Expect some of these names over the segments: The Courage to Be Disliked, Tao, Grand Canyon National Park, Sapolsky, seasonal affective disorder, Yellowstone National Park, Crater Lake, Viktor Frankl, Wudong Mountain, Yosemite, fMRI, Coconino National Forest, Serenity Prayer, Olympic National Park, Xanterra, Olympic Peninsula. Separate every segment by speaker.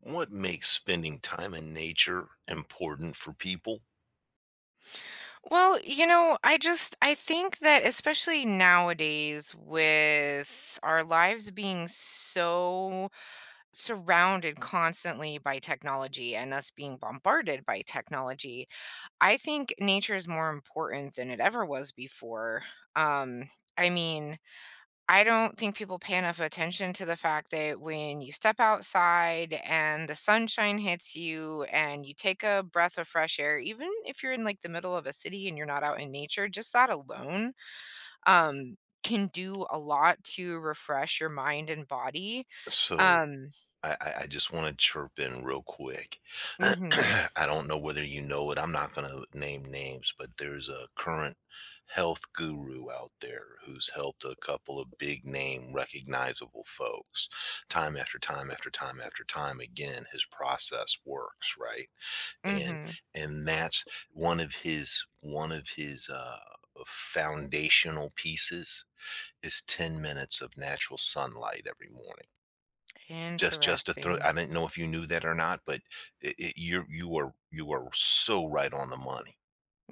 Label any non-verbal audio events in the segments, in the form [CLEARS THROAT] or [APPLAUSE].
Speaker 1: What makes spending time in nature important for people?
Speaker 2: I think that especially nowadays with our lives being so surrounded constantly by technology and us being bombarded by technology, I think nature is more important than it ever was before. Um I mean, I don't think people pay enough attention to the fact that when you step outside and the sunshine hits you and you take a breath of fresh air, even if you're in like the middle of a city and you're not out in nature, just that alone um, can do a lot to refresh your mind and body.
Speaker 1: So
Speaker 2: Um,
Speaker 1: I, I I just want to chirp in real quick. [CLEARS THROAT]
Speaker 2: hmm.
Speaker 1: I don't know whether you know it. I'm not going to name names, but there's a current health guru out there who's helped a couple of big name recognizable folks time after time after time after time again his process works, right? and
Speaker 2: Hmm.
Speaker 1: and that's one of his foundational pieces is 10 minutes of natural sunlight every morning. Just to throw
Speaker 2: Interesting.
Speaker 1: I didn't know if you knew that or not, but it you're you are so right on the money.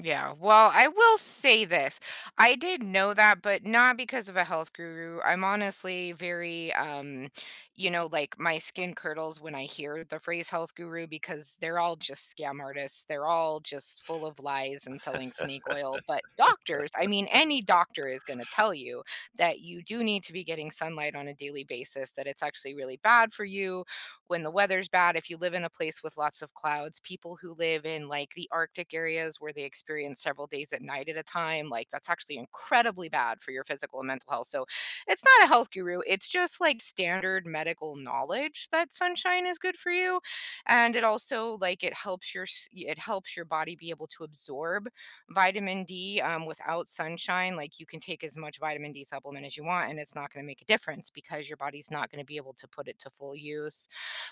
Speaker 2: Yeah, well, I will say this. I did know that, but not because of a health guru. I'm honestly very, like my skin curdles when I hear the phrase health guru because they're all just scam artists. They're all just full of lies and selling snake oil. But doctors, I mean, any doctor is going to tell you that you do need to be getting sunlight on a daily basis, that it's actually really bad for you when the weather's bad, if you live in a place with lots of clouds, people who live in like the Arctic areas where they experience several days at night at a time, like that's actually incredibly bad for your physical and mental health. So it's not a health guru. It's just like standard medical knowledge that sunshine is good for you. And it also like it helps it helps your body be able to absorb vitamin D. Without sunshine, like you can take as much vitamin D supplement as you want, and it's not going to make a difference because your body's not going to be able to put it to full use.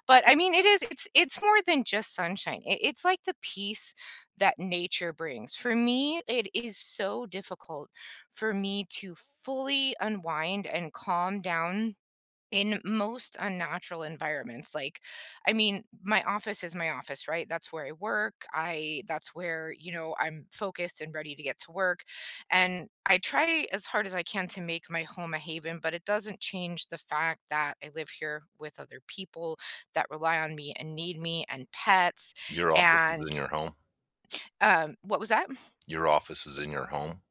Speaker 2: But I mean, it is it's more than just sunshine. It's like the peace that nature brings. For me, it is so difficult for me to fully unwind and calm down in most unnatural environments, like, I mean, my office is my office, right? That's where I work. I That's where, you know, I'm focused and ready to get to work. And I try as hard as I can to make my home a haven, but it doesn't change the fact that I live here with other people that rely on me and need me and pets.
Speaker 1: Your office is
Speaker 2: And
Speaker 1: in your home.
Speaker 2: What was that?
Speaker 1: Your office is in your home.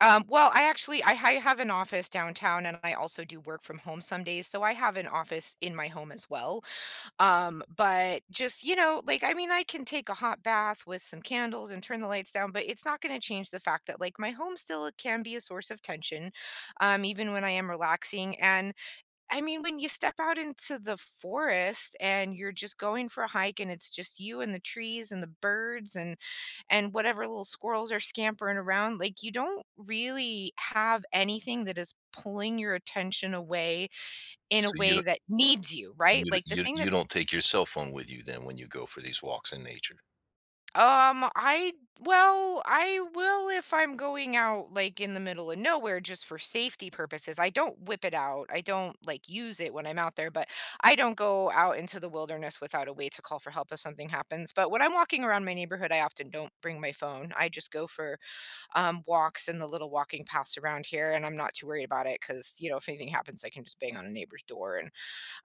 Speaker 2: Well, I have an office downtown and I also do work from home some days. So I have an office in my home as well. But just, you know, like, I mean, I can take a hot bath with some candles and turn the lights down, but it's not going to change the fact that, like, my home still can be a source of tension, even when I am relaxing. And I mean, when you step out into the forest and you're just going for a hike and it's just you and the trees and the birds and whatever little squirrels are scampering around, like you don't really have anything that is pulling your attention away in a
Speaker 1: So you
Speaker 2: way
Speaker 1: don't
Speaker 2: that needs you, right?
Speaker 1: you don't
Speaker 2: Like the
Speaker 1: you
Speaker 2: thing
Speaker 1: you
Speaker 2: that's
Speaker 1: don't take your cell phone with you then when you go for these walks in nature,
Speaker 2: I Well, I will if I'm going out like in the middle of nowhere just for safety purposes. I don't whip it out. I don't like use it when I'm out there, but I don't go out into the wilderness without a way to call for help if something happens. But when I'm walking around my neighborhood, I often don't bring my phone. I just go for walks in the little walking paths around here and I'm not too worried about it cuz you know, if anything happens, I can just bang on a neighbor's door and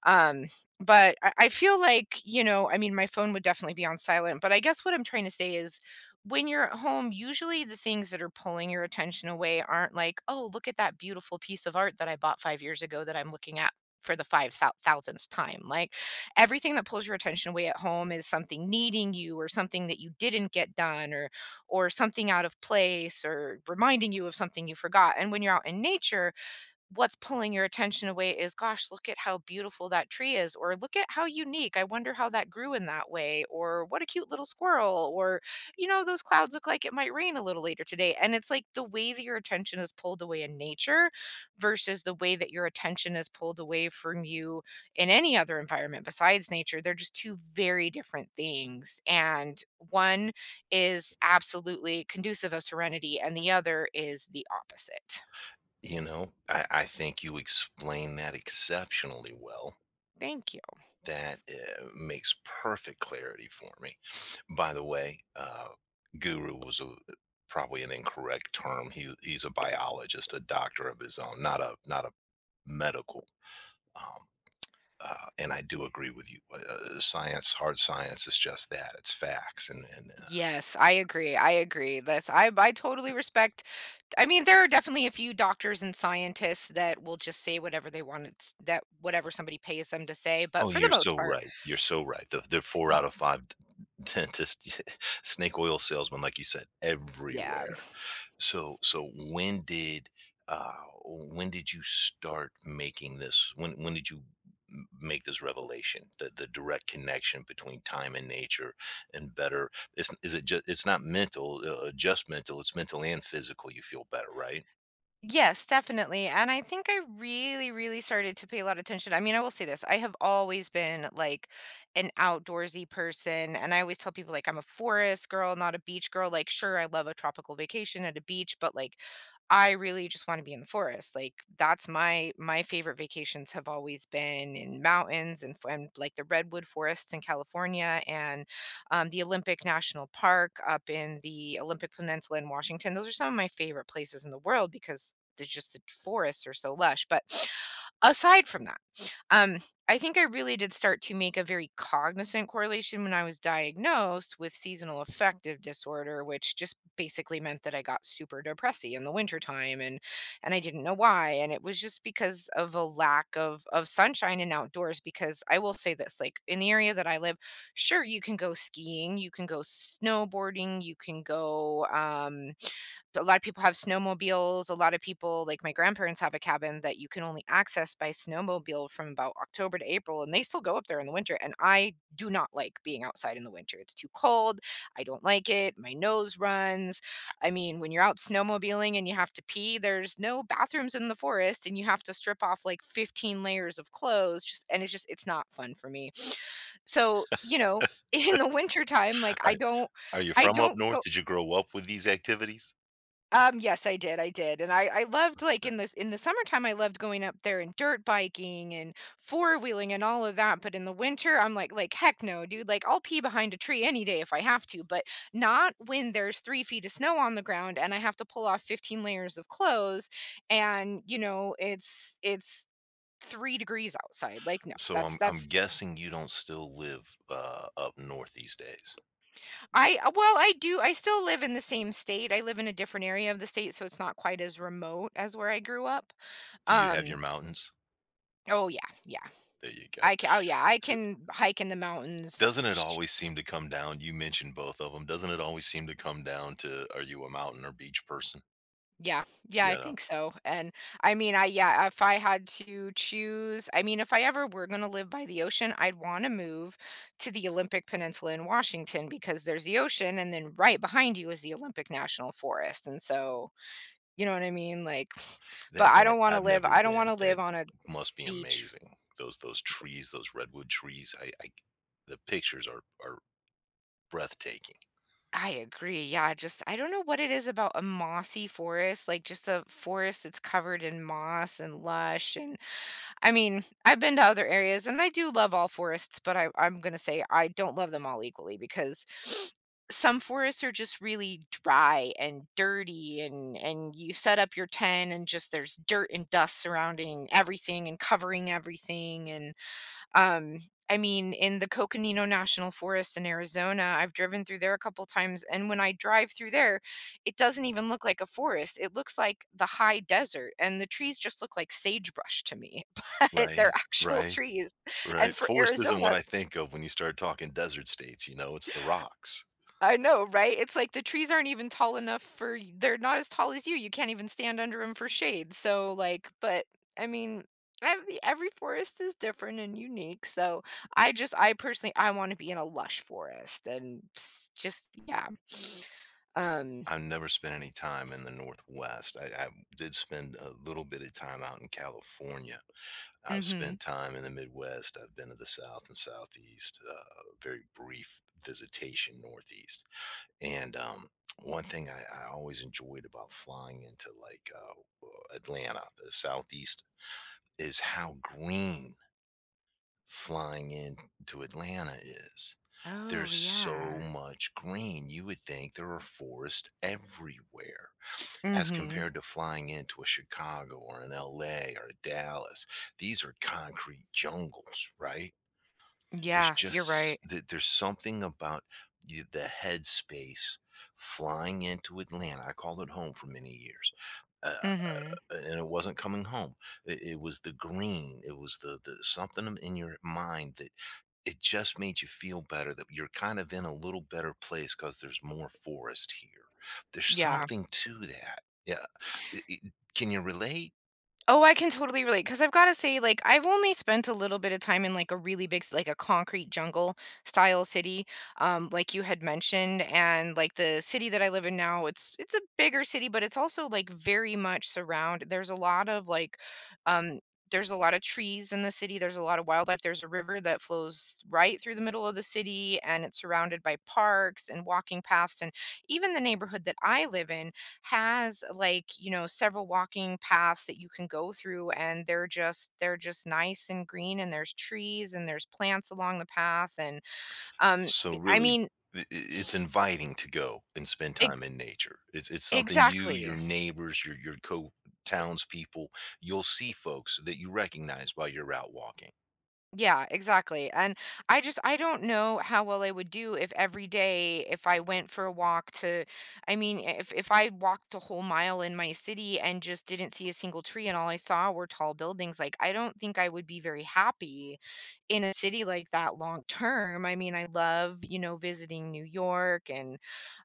Speaker 2: um, but I, I feel like, you know, I mean, my phone would definitely be on silent, but I guess what I'm trying to say is when you're at home, usually the things that are pulling your attention away aren't like, oh, look at that beautiful piece of art that I bought 5 years ago that I'm looking at for the thousandth time. Like everything that pulls your attention away at home is something needing you or something that you didn't get done or something out of place or reminding you of something you forgot. And when you're out in nature, what's pulling your attention away is, gosh, look at how beautiful that tree is, or look at how unique. I wonder how that grew in that way, or what a cute little squirrel, or, you know, those clouds look like it might rain a little later today. And it's like the way that your attention is pulled away in nature versus the way that your attention is pulled away from you in any other environment besides nature. They're just two very different things. And one is absolutely conducive of serenity, and the other is the opposite.
Speaker 1: you know? I think you explain that exceptionally well.
Speaker 2: Thank you.
Speaker 1: That makes perfect clarity for me. By the way, guru was a, probably an incorrect term. He's a biologist, a doctor of his own, not a medical. Um, and I do agree with you. Science, hard science, is just that. It's facts, and
Speaker 2: Yes, I agree, I agree. That's I totally respect. I mean, there are definitely a few doctors and scientists that will just say whatever they want, it's that whatever somebody pays them to say, but
Speaker 1: oh,
Speaker 2: for the
Speaker 1: you're
Speaker 2: most
Speaker 1: so
Speaker 2: part,
Speaker 1: right. You're so right. The 4 out
Speaker 2: y
Speaker 1: of 5 [LAUGHS] dentist [LAUGHS] snake oil salesman, like you said,
Speaker 2: yeah.
Speaker 1: everywhere. So when did, uh when did you start making this when did you m make this revelation, the direct connection between time and nature and better it's is it just it's not mental, just mental, it's mental and physical, you feel better, right?
Speaker 2: Yes, definitely. And I think I really, really started to pay a lot of attention. I mean, I will say this, I have always been like an outdoorsy person. And I always tell people, like, I'm a forest girl, not a beach girl. Like, sure, I love a tropical vacation at a beach, but like, I really just want to be in the forest. Like, that's my favorite vacations have always been in mountains and like the redwood forests in California and the Olympic National Park up in the Olympic Peninsula in Washington. Those are some of my favorite places in the world because the just the forests are so lush. But aside from that, um, I think I really did start to make a very cognizant correlation when I was diagnosed with seasonal affective disorder, which just basically meant that I got super depressy in the wintertime and I didn't know why. And it was just because of a lack of sunshine and outdoors. Because I will say this, like in the area that I live, sure you can go skiing, you can go snowboarding, you can go a lot of people have snowmobiles. A lot of people, like my grandparents, have a cabin that you can only access by snowmobile from about October to April, and they still go up there in the winter. And I do not like being outside in the winter. It's too cold. I don't like it. My nose runs. I mean, when you're out snowmobiling and you have to pee, there's no bathrooms in the forest, and you have to strip off like 15 layers of clothes. Just And it's just it's not fun for me. So you know. [LAUGHS] In the wintertime,
Speaker 1: Are are you
Speaker 2: I
Speaker 1: from up
Speaker 2: don't
Speaker 1: north?
Speaker 2: go.
Speaker 1: Did you grow up with these activities?
Speaker 2: Yes, I did, and I loved, like, in the summertime, I loved going up there and dirt biking and four-wheeling and all of that, but in the winter, "Heck no, dude," like, I'll pee behind a tree any day if I have to, but not when there's 3 feet of snow on the ground and I have to pull off 15 layers of clothes and, you know, it's 3 degrees outside, like, no,
Speaker 1: So I'm I'm
Speaker 2: that's
Speaker 1: guessing you don't still live, up north these days.
Speaker 2: I well, I still live in the same state, I live in a different area of the state, so it's not quite as remote as where I grew up,
Speaker 1: Do you have your
Speaker 2: um
Speaker 1: mountains?
Speaker 2: Oh, yeah, yeah.
Speaker 1: There you go.
Speaker 2: I ca Oh, yeah, I
Speaker 1: So,
Speaker 2: can hike in the mountains.
Speaker 1: doesn't it
Speaker 2: Sh
Speaker 1: always seem to come down you mentioned both of them, doesn't it always seem to come down to, are you a mountain or beach person?
Speaker 2: Yeah, yeah, I
Speaker 1: You know?
Speaker 2: think so, and, I mean, I yeah, if I had to choose. I mean, if I ever were gonna live by the ocean, I'd wanna move to the Olympic Peninsula in Washington because there's the ocean, and then right behind you is the Olympic National Forest, and so, you know what I mean? Like, [SIGHS] but
Speaker 1: That that I've never
Speaker 2: I don't
Speaker 1: been.
Speaker 2: wanna live
Speaker 1: That
Speaker 2: on a
Speaker 1: must be
Speaker 2: beach.
Speaker 1: amazing. Those trees, those redwood trees, I the pictures are breathtaking.
Speaker 2: I agree. Yeah, just I don't know what it is about a mossy forest, like just a forest that's covered in moss and lush. And I mean, I've been to other areas and I do love all forests, but I'm going to say I don't love them all equally because [SNIFFS] some forests are just really dry and dirty and you set up your tent and just there's dirt and dust surrounding everything and covering everything and um, I mean, in the Coconino National Forest in Arizona, I've driven through there a couple times, and when I drive through there, it doesn't even look like a forest. It looks like the high desert, and the trees just look like sagebrush to me, [LAUGHS] but they're
Speaker 1: Right,
Speaker 2: actual
Speaker 1: right,
Speaker 2: trees.
Speaker 1: right.
Speaker 2: And for
Speaker 1: Forest isn't what
Speaker 2: Arizona,
Speaker 1: I think of when you start talking desert states, you know, it's the rocks.
Speaker 2: I know, right? It's like the trees aren't even tall enough for y they're not as tall as you, you can't even stand under them for shade, so, I mean, every forest is different and unique, so I just I personally I wanna be in a lush forest and s just yeah. Um
Speaker 1: I've never spent any time in the Northwest. I did spend a little bit of time out in California. I've spent
Speaker 2: Mhm.
Speaker 1: time in the Midwest. I've been to the South and Southeast, very brief visitation Northeast. And one thing I always enjoyed about flying into like Atlanta, the Southeast, is how green flying into Atlanta is
Speaker 2: Oh,
Speaker 1: there's so
Speaker 2: yeah.
Speaker 1: much green. You would think there are forests everywhere as
Speaker 2: Mhm.
Speaker 1: compared to flying into a Chicago or an LA or a Dallas. These are concrete jungles, right? There's
Speaker 2: Yeah, you're
Speaker 1: just
Speaker 2: right.
Speaker 1: there's something about you, the headspace flying into Atlanta. I called it home for many years. Uh,
Speaker 2: Mhm.
Speaker 1: and it wasn't coming home. It was the green. It was the something in your mind that it just made you feel better that you're kind of in a little better place because there's more forest here. There's
Speaker 2: Yeah.
Speaker 1: something to that. Yeah. Can you relate?
Speaker 2: Oh, I can totally relate because I 'cause I've gotta say, like, I've only spent a little bit of time in, like, a really big c like, a concrete jungle style city, like you had mentioned, and, like, the city that I live in now, it's a bigger city, but it's also, like, very much surround there's a lot of, like, um there's a lot of trees in the city, there's a lot of wildlife, there's a river that flows right through the middle of the city, and it's surrounded by parks and walking paths, and even the neighborhood that I live in has, like, you know, several walking paths that you can go through, and they're just nice and green, and there's trees and there's plants along the path. And
Speaker 1: So
Speaker 2: e, I
Speaker 1: really,
Speaker 2: mean
Speaker 1: it's inviting to go and spend time
Speaker 2: ex-
Speaker 1: in nature. It's something you, your
Speaker 2: exactly.
Speaker 1: neighbors, your co townspeople, you'll see folks that you recognize while you're out walking.
Speaker 2: Yeah, exactly. And I don't know how well I would do if every day, if I went for a walk to if I walked a whole mile in my city and just didn't see a single tree, and all I saw were tall buildings, like, I don't think I would be very happy in a city like that long term. I mean, I love, you know, visiting New York, and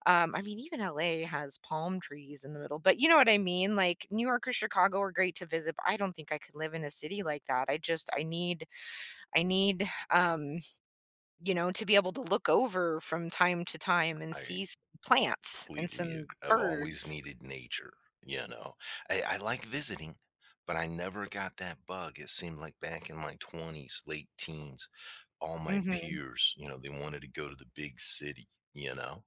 Speaker 2: I mean, even LA has palm trees in the middle, but you know what I mean? Like, New York or Chicago are great to visit, but I don't think I could live in a city like that. I need I need you know, to be able to look over from time to time and
Speaker 1: I
Speaker 2: see plants and some
Speaker 1: I've always
Speaker 2: birds.
Speaker 1: needed nature, you know. I like visiting, but I never got that bug. It seemed like back in my 20s, late teens, all my
Speaker 2: Hmm.
Speaker 1: peers, you know, they wanted to go to the big city, you know.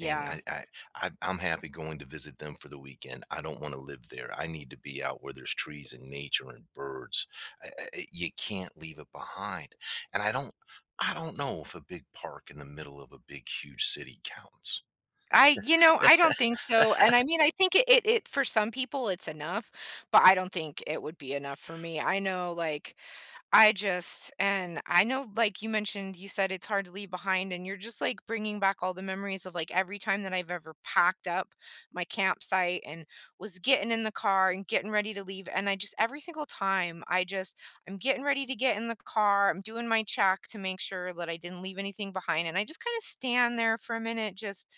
Speaker 1: And I I'm happy going to visit them for the weekend. I don't want to live there. I need to be out where there's trees and nature and birds. You can't leave it behind. And I don't know if a big park in the middle of a big huge city counts.
Speaker 2: I, you know, I don't think so, and I mean, I think it for some people, it's enough, but I don't think it would be enough for me. I know, like, I just and I know, like, you mentioned, you said it's hard to leave behind, and you're just, like, bringing back all the memories of, like, every time that I've ever packed up my campsite and was getting in the car and getting ready to leave, and I just every single time, I just I'm getting ready to get in the car, I'm doing my check to make sure that I didn't leave anything behind, and I just kinda stand there for a minute just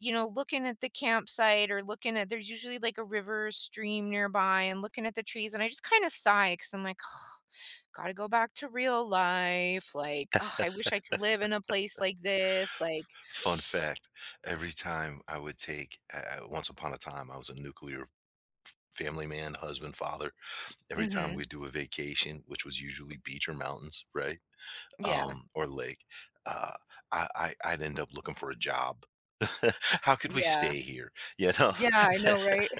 Speaker 2: you know, looking at the campsite or looking at there's usually like a river or stream nearby and looking at the trees, and I just kind of sigh because I'm like, [SIGHS] gotta go back to real life. Like, oh, I wish I could live in a place like this. Like,
Speaker 1: Fun fact, every time I would take I once upon a time, I was a nuclear family man, husband, father. Every time we
Speaker 2: hmm.
Speaker 1: do a vacation, which was usually beach or mountains, right?
Speaker 2: Yeah,
Speaker 1: Or lake, uh, I'd end up looking for a job. [LAUGHS] How could we
Speaker 2: yeah,
Speaker 1: stay here? You know?
Speaker 2: yeah, I know, right?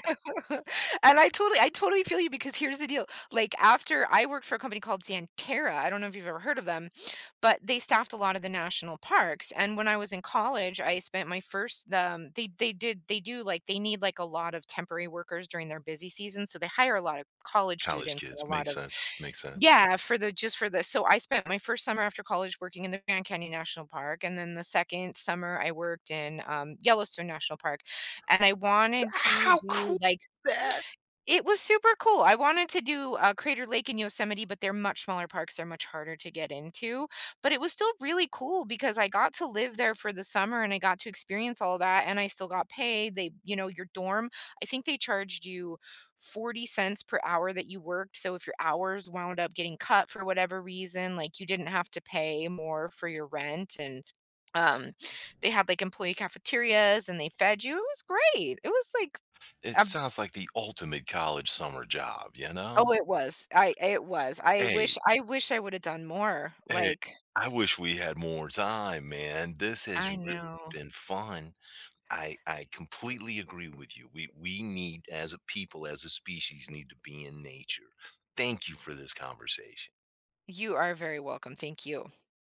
Speaker 2: [LAUGHS] And I totally feel you, because here's the deal. Like, after I worked for a company called Xanterra, I don't know if you've ever heard of them, but they staffed a lot of the national parks. And when I was in college, I spent my first they do, like, they need, like, a lot of temporary workers during their busy season. So they hire a lot of
Speaker 1: [LAUGHS]
Speaker 2: college
Speaker 1: College
Speaker 2: students and
Speaker 1: kids.
Speaker 2: a lot
Speaker 1: Makes
Speaker 2: of
Speaker 1: sense. Makes sense.
Speaker 2: yeah, for the so I spent my first summer after college working in the Grand Canyon National Park. And then the second summer I worked in Yellowstone National Park. And I wanted to
Speaker 1: How
Speaker 2: do
Speaker 1: cool.
Speaker 2: like it was super cool. I wanted to do, Crater Lake in Yosemite, but they're much smaller parks, they're much harder to get into, but it was still really cool because I got to live there for the summer and I got to experience all that and I still got paid. They, you know, your dorm I think they charged you 40 cents per hour that you worked, so if your hours wound up getting cut for whatever reason, like, you didn't have to pay more for your rent, and, um, they had, like, employee cafeterias and they fed you. It was great. It was like
Speaker 1: It
Speaker 2: a
Speaker 1: sounds like the ultimate college summer job, you
Speaker 2: Oh,
Speaker 1: know?
Speaker 2: it was. I it was. I
Speaker 1: Hey,
Speaker 2: wish I wish I would have done more,
Speaker 1: hey,
Speaker 2: like
Speaker 1: I wish we had more time, man. This has
Speaker 2: I
Speaker 1: really
Speaker 2: know.
Speaker 1: been fun. I completely agree with you. We need as a people, as a species, need to be in nature. Thank you for this conversation.
Speaker 2: You are very welcome, thank you.